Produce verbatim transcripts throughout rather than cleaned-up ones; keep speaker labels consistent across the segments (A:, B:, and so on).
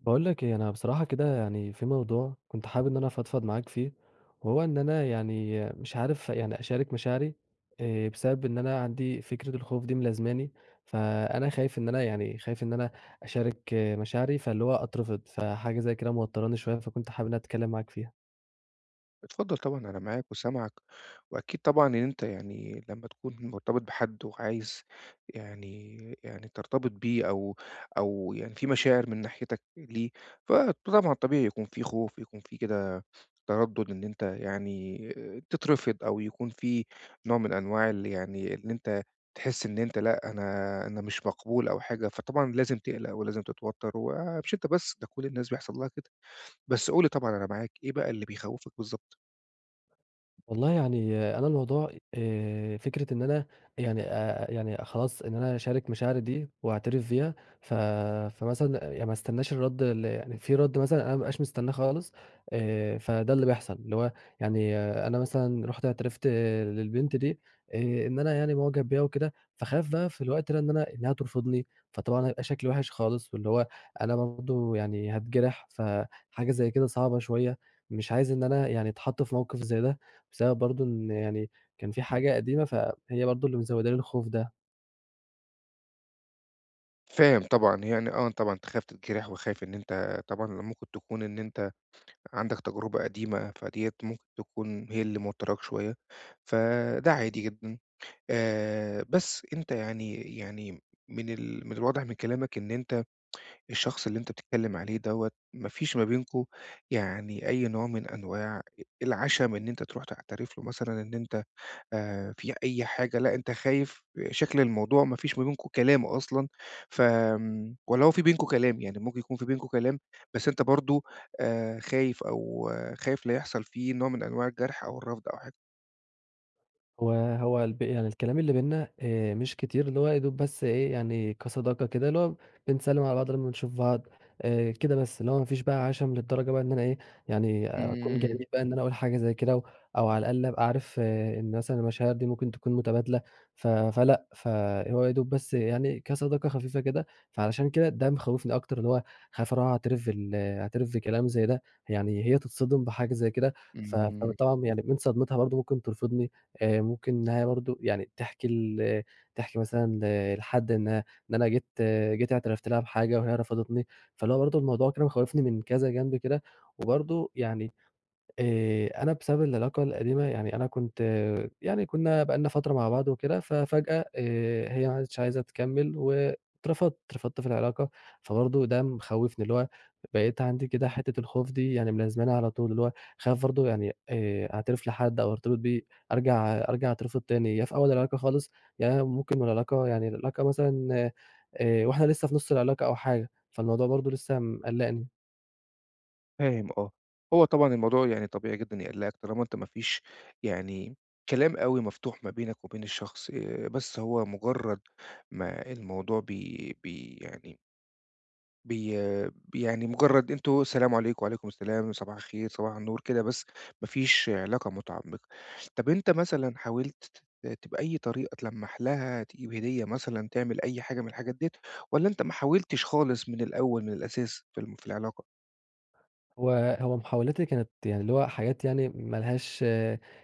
A: باقول لك إيه، أنا بصراحة كده يعني في موضوع كنت حابب إن أنا أفضفض معاك فيه، وهو إن أنا يعني مش عارف يعني أشارك مشاعري آآ بسبب إن أنا عندي فكرة الخوف دي ملازماني، فأنا خايف إن أنا يعني خايف إن أنا أشارك آه، مشاعري، فاللي هو أترفض، فحاجة زي كده موتّراني شوية، فكنت حابب إن أنا أتكلّم معاك فيها.
B: اتفضل طبعًا أنا معاك وسامعك، وأكيد طبعًا إن أنت يعني لمّا تكون مرتبط بحد وعايز يعني يعني ترتبط بيه أو أو يعني في مشاعر من ناحيتك ليه، فطبعًا طبيعي يكون في خوف، يكون في كده تردُّد إن أنت يعني تترفض أو يكون في نوع من أنواع ال يعني إن أنت تحس إن أنت لأ، أنا أنا مش مقبول أو حاجة، فطبعًا لازم تقلق ولازم تتوتر ومش أنت بس، ده كل الناس بيحصل لها كده. بس قُل لي طبعًا أنا معاك، إيه بقى اللي بيخوّفك بالضبط؟
A: والله يعني آه، أنا الموضوع آآ فكرة إن أنا يعني آآ يعني خلاص إن أنا أشارك مشاعري دي وأعترف بيها، ف فمثلًا يعني ما استناش الرَد ال يعني في رَد مثلًا أنا ما بابقاش مستناه خالص. آآ فده اللي بيحصل، اللي هو يعني آه، أنا مثلًا رُحت اعترفت آه، للبنت دي آآ إن أنا يعني معجب بيها وكده، فاخاف بقى في الوقت ده إن أنا إنها ترفضني، فطبعًا هيبقى شكلي وِحِش خالص، واللي هو أنا برضه يعني هاتجرح، فحاجة زي كده صعبة شوية، مش عايز إن أنا يعني أتحط في موقف زي ده. بسبب برضه إن يعني كان في حاجة قديمة، فهي برضه اللي مزوّده لي الخوف ده.
B: فاهم طبعًا، يعني آه طبعًا أنت خايف تتجرح وخايف إن أنت طبعًا لما ممكن تكون إن أنت عندك تجربة قديمة، فديّة ممكن تكون هي اللي موتّراك شوية، فده عادي جدًا. آآ بس أنت يعني يعني من ال من الواضح من كلامك إن أنت الشخص اللي أنت بتتكلّم عليه دوّة ما فيش ما بينكم يعني أي نوع من أنواع العَشَم إن أنت تروح تعترف له مثلًا إن أنت آآ في أي حاجة، لأ أنت خايف شكل الموضوع ما فيش ما بينكم كلام أصلًا، فآمم والّا هو في بينكم كلام، يعني ممكن يكون في بينكم كلام بس أنت برضه آآ خايف أو آه، خايف لا يحصل فيه نوع من أنواع الجرح أو الرفض أو حاجة؟
A: هو هو الب يعني الكلام اللي بيننا آآ مش كتير، اللي هو يا دوب بس إيه، يعني كصداقة كده، اللي هو بنسلِّم على بعض لمّا نشوف بعض آآ كده بس، اللي هو ما فيش بقى عَشَم للدرجة بقى إن أنا إيه، يعني أكون
B: إمم،
A: جميل بقى إن أنا أقول حاجة زي كده، أو أو على الأقل أبقى عارف آه، إن مثلًا المشاعر دي ممكن تكون متبادلة. ف فلأ، فهو يا دوب بس يعني كصداقة خفيفة كده، فعلشان كده ده مخوّفني أكتر، اللي هو خايف أروح أعترف بال أعترف بكلام زي ده، يعني هي تتصدم بحاجة زي كده. ف
B: إمم.
A: فطبعًا يعني من صدمتها برضه ممكن ترفضني. آآ ممكن إنها برضه يعني تحكي ل تحكي مثلًا ل لحد إنها إن أنا جيت آه، جيت اعترفت لها بحاجة وهي رفضتني، فاللي هو برضه الموضوع كده مخوّفني من كذا جنب كده، وبرضه يعني آآ أنا بسبب العلاقة القديمة يعني أنا كنت يعني كُنّا بقى لنا فترة مع بعض وكده، ففجأة آآ هي ما عادتش عايزة تكمّل واترفضت، اترفضت في العلاقة، فبرضه ده مخوّفني اللي هو بقيت عندي كده حتّة الخوف دي يعني ملازماني على طول، اللي هو خايف برضه يعني آآ أعترف لحد أو أرتبط بيه أرجع أرجع أترفض تاني، يا في أول العلاقة خالص، يا أنا ممكن والعلاقة يعني العلاقة مثلًا آآ وإحنا لسه في نُص العلاقة أو حاجة، فالموضوع برضه لسه مقلّقني.
B: فاهم آه، هو طبعًا الموضوع يعني طبيعي جدًا يقلقك طالما أنت ما فيش يعني كلام أوي مفتوح ما بينك وبين الشخص، آآ بس هو مجرد ما الموضوع بي بي يعني بي يعني مجرد أنتم السلام عليكم، وعليكم السلام، صباح الخير، صباح النور، كده بس، ما فيش علاقة متعمقة. طب أنت مثلًا حاولت ت بأي طريقة تلمّح لها، تجيب هدية مثلًا، تعمل أي حاجة من الحاجات ديّة، والّا أنت ما حاولتش خالص من الأول من الأساس في الم في العلاقة؟
A: هو هو محاولاتي كانت يعني اللي هو حاجات يعني ما لهاش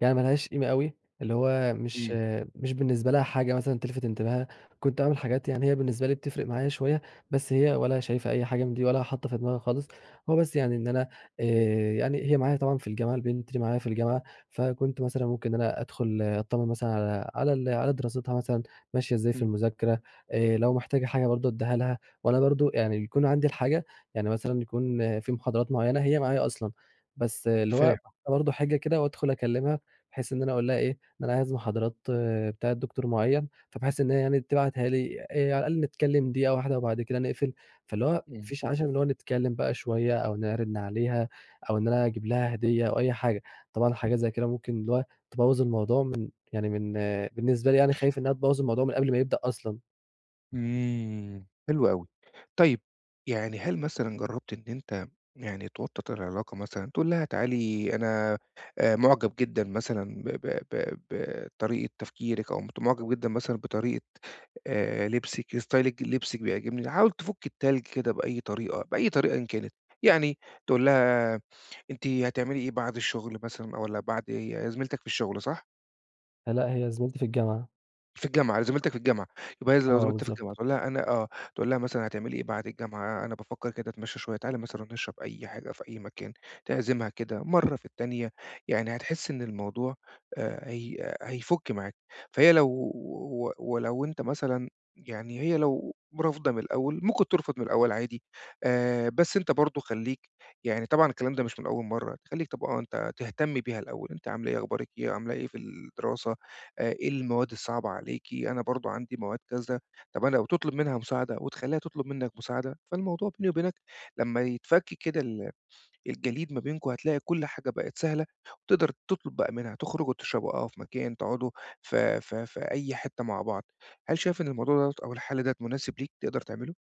A: يعني ما لهاش قيمة أوي، اللي هو مش
B: إمم،
A: مش بالنسبة لها حاجة مثلًا تلفت انتباهها، كنت أعمل حاجات يعني هي بالنسبة لي بتفرق معايا شوية، بس هي ولا شايفة أي حاجة من دي ولا حاطة في دماغها خالص، هو بس يعني إن أنا آآ يعني هي معايا طبعًا في الجامعة، البنت دي معايا في الجامعة، فكنت مثلًا ممكن إن أنا أدخل أطمن مثلًا على على ال على دراستها مثلًا ماشية إزاي في
B: إمم.
A: المذاكرة، آآ لو محتاجة حاجة برضه أدّيها لها، وأنا برضه يعني يكون عندي الحاجة يعني مثلًا يكون في محاضرات معيّنة هي معايا أصلًا، بس اللي
B: فاهم.
A: هو باحط برضه حاجة كده وأدخل أكلمها، بحيث إن أنا أقول لها إيه، إن أنا عايز محاضرات بتاعة دكتور معيّن، فبحيث إن هي يعني تبعتها لي آآ، على الأقل نتكلم دقيقة واحدة وبعد كده نقفل، فاللي هو ما فيش عَشَم اللي هو نتكلم بقى شوية أو نرِن عليها أو إن أنا أجيب لها هدية أو أي حاجة، طبعًا حاجة زي كده ممكن اللي هو تبوّظ الموضوع من يعني من بالنسبة لي يعني خايف إنها تبوّظ الموضوع من قبل ما يبدأ أصلًا.
B: إمم، حلو أوي. طيب يعني هل مثلًا جرّبت إن أنت يعني توطّد العلاقة مثلًا، تقول لها تعالي أنا آآ معجب جدًا مثلًا ب ب ب بطريقة تفكيرِك أو مت معجب جدًا مثلًا بطريقة آآ لبسِك، ستايل ج لبسِك بيعجبني، حاول تفُك التلج كده بأي طريقة، بأي طريقة إن كانت. يعني تقول لها أنتِ هتعملي إيه بعد الشغل مثلًا والّا بعد هي زميلتك في الشغل صح؟
A: فلأ، هي زميلتي في الجامعة.
B: في الجامعة، زميلتك في الجامعة، يبقى هي لو
A: آه،
B: زميلتك في الجامعة
A: بالضبط.
B: تقول لها أنا آه، تقول لها مثلًا هتعملي إيه بعد الجامعة؟ أنا بافكّر كده أتمشى شوية، تعالي مثلًا نروح نشرب أي حاجة في أي مكان، تعزمها كده مرّة في التانية، يعني هتحس إن الموضوع آآ هي هيفُك معاك، فهي لو و ولو أنت مثلًا يعني هي لو رافضة من الأول، ممكن ترفض من الأول عادي، آآ بس أنت برضه خلّيك يعني طبعًا الكلام ده مش من أول مرّة، خلّيك طب آه، أنت تهتم بيها الأول، أنتِ عاملة إيه، أخبارِك إيه، عاملة إيه في الدراسة، آآ إيه المواد الصعبة عليكِ، أنا برضه عندي مواد كذا، طَب أنا وتطلب منها مساعدة وتخلّيها تطلب منك مساعدة، فالموضوع بيني وبينك لمّا يتفك كده ال الجليد ما بينكم هتلاقي كل حاجة بقت سهلة، وتقدر تطلب بقى منها، تخرجوا تشربوا قهوة في مكان، تقعدوا في في في أي حتة مع بعض. هل شايف إن الموضوع دوّة أو الحل ده مناسب ليك تقدر تعمله؟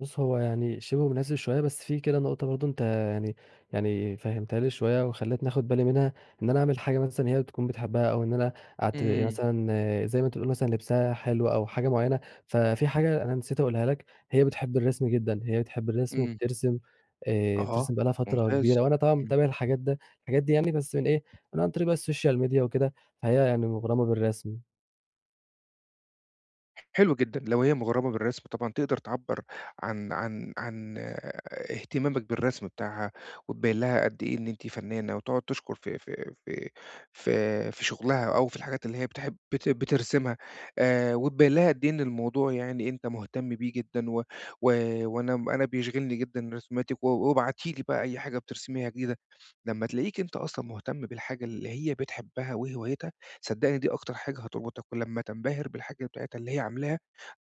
A: بُص، هو يعني شِبه مناسب شوية، بس في كده نقطة برضه أنت يعني يعني فهّمتها لي شوية وخلّيتني آخُد بالي منها، إن أنا أعمل حاجة مثلًا هي تكون بتحبّها أو إن أنا أعت
B: إمم،
A: مثلًا آه، زي ما أنت بتقول مثلًا لِبسها حلو أو حاجة معيّنة، ففي حاجة أنا نسيت أقولها لك، هي بتحب الرسم جدًا، هي بتحب الرسم
B: إمم.
A: وبترسم، آآ
B: آه،
A: بترسم بقى لها فترة
B: ممتاز.
A: كبيرة وأنا طبعًا متابع الحاجات ده الحاجات دي يعني بس من إيه، من عن طريق بقى السوشيال ميديا وكده، فهي يعني مُغرمة بالرسم.
B: حلو جدًا، لو هي مغرّمة بالرسم طبعًا تقدر تعبّر عن عن عن آه، اهتمامك بالرسم بتاعها، وتبيّن لها قد إيه إن أنتِ فنّانة، وتقعد تشكر في في في في في شغلها أو في الحاجات اللي هي بتحب بت بترسمها، آآ، وتبيّن لها قد إيه إن الموضوع يعني أنت مهتم بيه جدًا، و و وأنا أنا بيشغلني جدًا رسوماتِك، و وابعتي لي بقى أي حاجة بترسميها جديدة، لمّا تلاقيك أنت أصلًا مهتم بالحاجة اللي هي بتحبها وهوايتها صدّقني دي أكتر حاجة هتربطك، ولمّا تنبهر بالحاجة بتاعتها اللي هي عاملاها،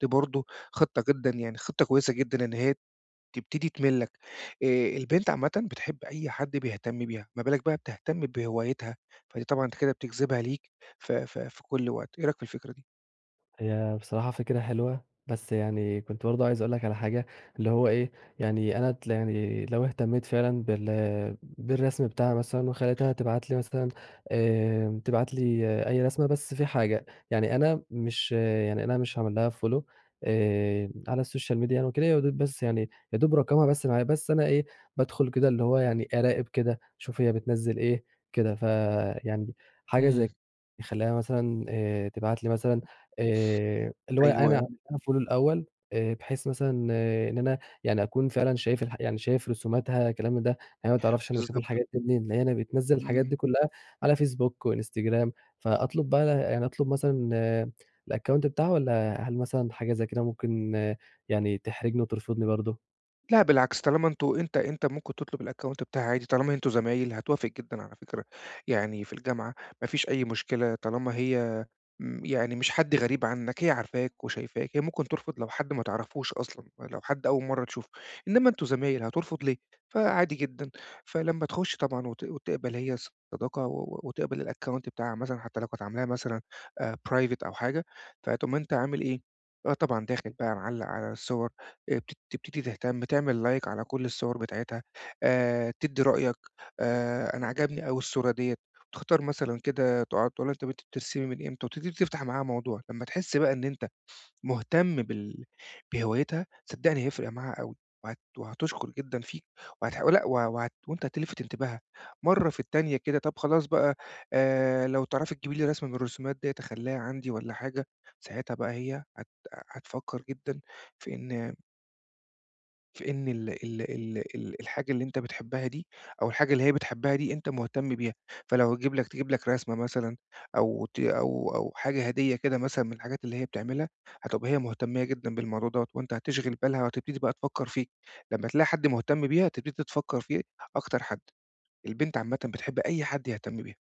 B: دي برضه خطة جدًا يعني خطة كويسة جدًا إن هي تبتدي تمِلّك. آآ البنت عامةً بتحب أي حد بيهتم بيها، ما بالك بقى بتهتم بهوايتها، فدي طبعًا أنت كده بتجذبها ليك ف ف في كل وقت. إيه رأيك في الفكرة دي؟
A: هي بصراحة فكرة حلوة، بس يعني كنت برضه عايز أقول لك على حاجة، اللي هو إيه، يعني أنا ت يعني لو اهتميت فعلًا بال بالرسم بتاعها مثلًا وخليتها تبعت لي مثلًا، آمم، تبعت لي آه، أي رسمة، بس في حاجة، يعني أنا مش آه، يعني أنا مش هاعمل لها follow آآ، على السوشيال ميديا يعني وكده، يا دوب بس يعني يا دوب رقمها بس معايا، بس أنا إيه، بادخل كده اللي هو يعني أراقب كده، أشوف هي بتنزّل إيه، كده. فيعني حاجة
B: إمم.
A: زي خلّيها مثلًا، آآ، تبعت لي مثلًا، آآ، اللي هو أنا
B: أيوه،
A: عملتها follow الأول، آآ، بحيث مثلًا إن أنا يعني أكون فعلًا شايف الح يعني شايف رسوماتها الكلام من ده، هي ما تعرفش أنا باشوف
B: بالضبط.
A: الحاجات دي منين، لأن هي بتنزّل الحاجات
B: إمم.
A: دي كلّها على فيسبوك وإنستجرام، فأطلب بقى يعني أطلب مثلًا الaccount بتاعه، والّا هل مثلًا حاجة زي كده ممكن يعني تحرجني وترفضني برضه؟
B: لأ بالعكس، طالما أنتم أنت أنت ممكن تطلب الأكونت بتاعها عادي، طالما أنتم زمايل هتوافق جدًا على فكرة، يعني في الجامعة ما فيش أي مشكلة، طالما هي م يعني مش حد غريب عنك، هي عارفاك وشايفاك، هي ممكن ترفض لو حد ما تعرفوش أصلًا، لو حد أول مرّة تشوفه، إنما أنتم زمايل هترفض ليه؟ فعادي جدًا، فلمّا تخش طبعًا وت وتقبل هي الصداقة و و وتقبل الأكونت بتاعها مثلًا حتى لو كانت عاملاه مثلًا آآ private أو حاجة، فتقوم أنت عامل إيه، آه طبعًا داخل بقى معلّق على الصور آآ بت تبتدي تهتم، تعمل like على كل الصور بتاعتها، آآ تدّي رأيك، آآ أنا عجبني أوي الصورة ديّة، تختار مثلًا كده تقعد تقول لها طَب أنتِ بت- بترسمي من إمتى، وتبتدي تفتح معاها موضوع، لمّا تحس بقى إن أنت مهتم بال بهوايتها، صدّقني هيفرق معاها أوي، وهت وهتشكر جدًا فيك، وهتح لأ و وهت وأنت هتلفت انتباهها، مرّة في التانية كده طَب خلاص بقى آآ لو تعرفي تجيبي لي رسمة من الرسومات ديّة أخلّيها عندي والّا حاجة، ساعتها بقى هي هت هتفكّر جدًا في إن في إن ال ال ال ال الحاجة اللي أنت بتحبها دي، أو الحاجة اللي هي بتحبها دي أنت مهتم بيها، فلو هتجيب لك تجيب لك رسمة مثلًا أو ت أو أو حاجة هدية كده مثلًا من الحاجات اللي هي بتعملها، هتبقى هي مهتمية جدًا بالموضوع دوّة، وأنت هتشغِل بالها وهتبتدي بقى تفكّر فيه، لمّا تلاقي حد مهتم بيها تبتدي تفكّر فيه أكتر حد، البنت عامةً بتحب أي حد يهتم بيها،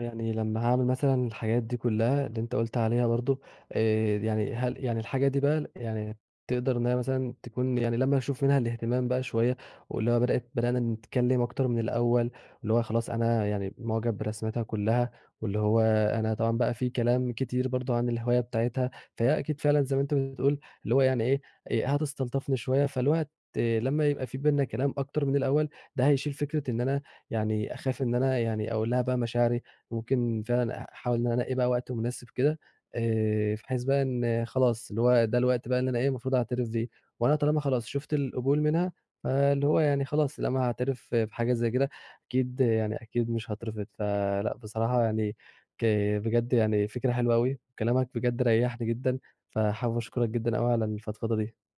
A: يعني لمّا هاعمل مثلًا الحاجات دي كلّها اللي أنت قُلت عليها برضه، آآ يعني هل يعني الحاجة دي بقى ل يعني تقدر إن هي مثلًا تكون يعني لمّا أشوف منها الاهتمام بقى شوية، واللي هو بدأت بدأنا نتكلّم أكتر من الأول، واللي هو خلاص أنا يعني معجب برسمتها كلّها، واللي هو أنا طبعًا بقى في كلام كتير برضه عن الهواية بتاعتها، فهي أكيد فعلًا زي ما أنت بتقول اللي هو يعني إيه، آآ هتستلطفني شوية، فاللي هو هت لمّا يبقى في بيننا كلام أكتر من الأول، ده هيشيل فكرة إن أنا يعني أخاف إن أنا يعني أقول لها بقى مشاعري، ممكن فعلًا أحاول إن أنا أنقي بقى وقت مناسب كده، آآ، بحيث بقى إن خلاص اللي هو ده الوقت بقى اللي أنا إيه المفروض أعترف بيه، وأنا طالما خلاص شُفت القبول منها، فاللي هو يعني خلاص لما هاعترف بحاجة زي كده أكيد يعني أكيد مش هاترفض، فلأ بصراحة يعني ك بجد يعني فكرة حلوة أوي، وكلامك بجد ريّحني جدًا، فحابب أشكرك جدًا أوي على الفضفضة دي.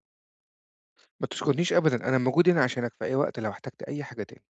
B: ما تسكتنيش أبدًا أنا موجود هنا عشانك في أي وقت لو احتجت أي حاجة تاني.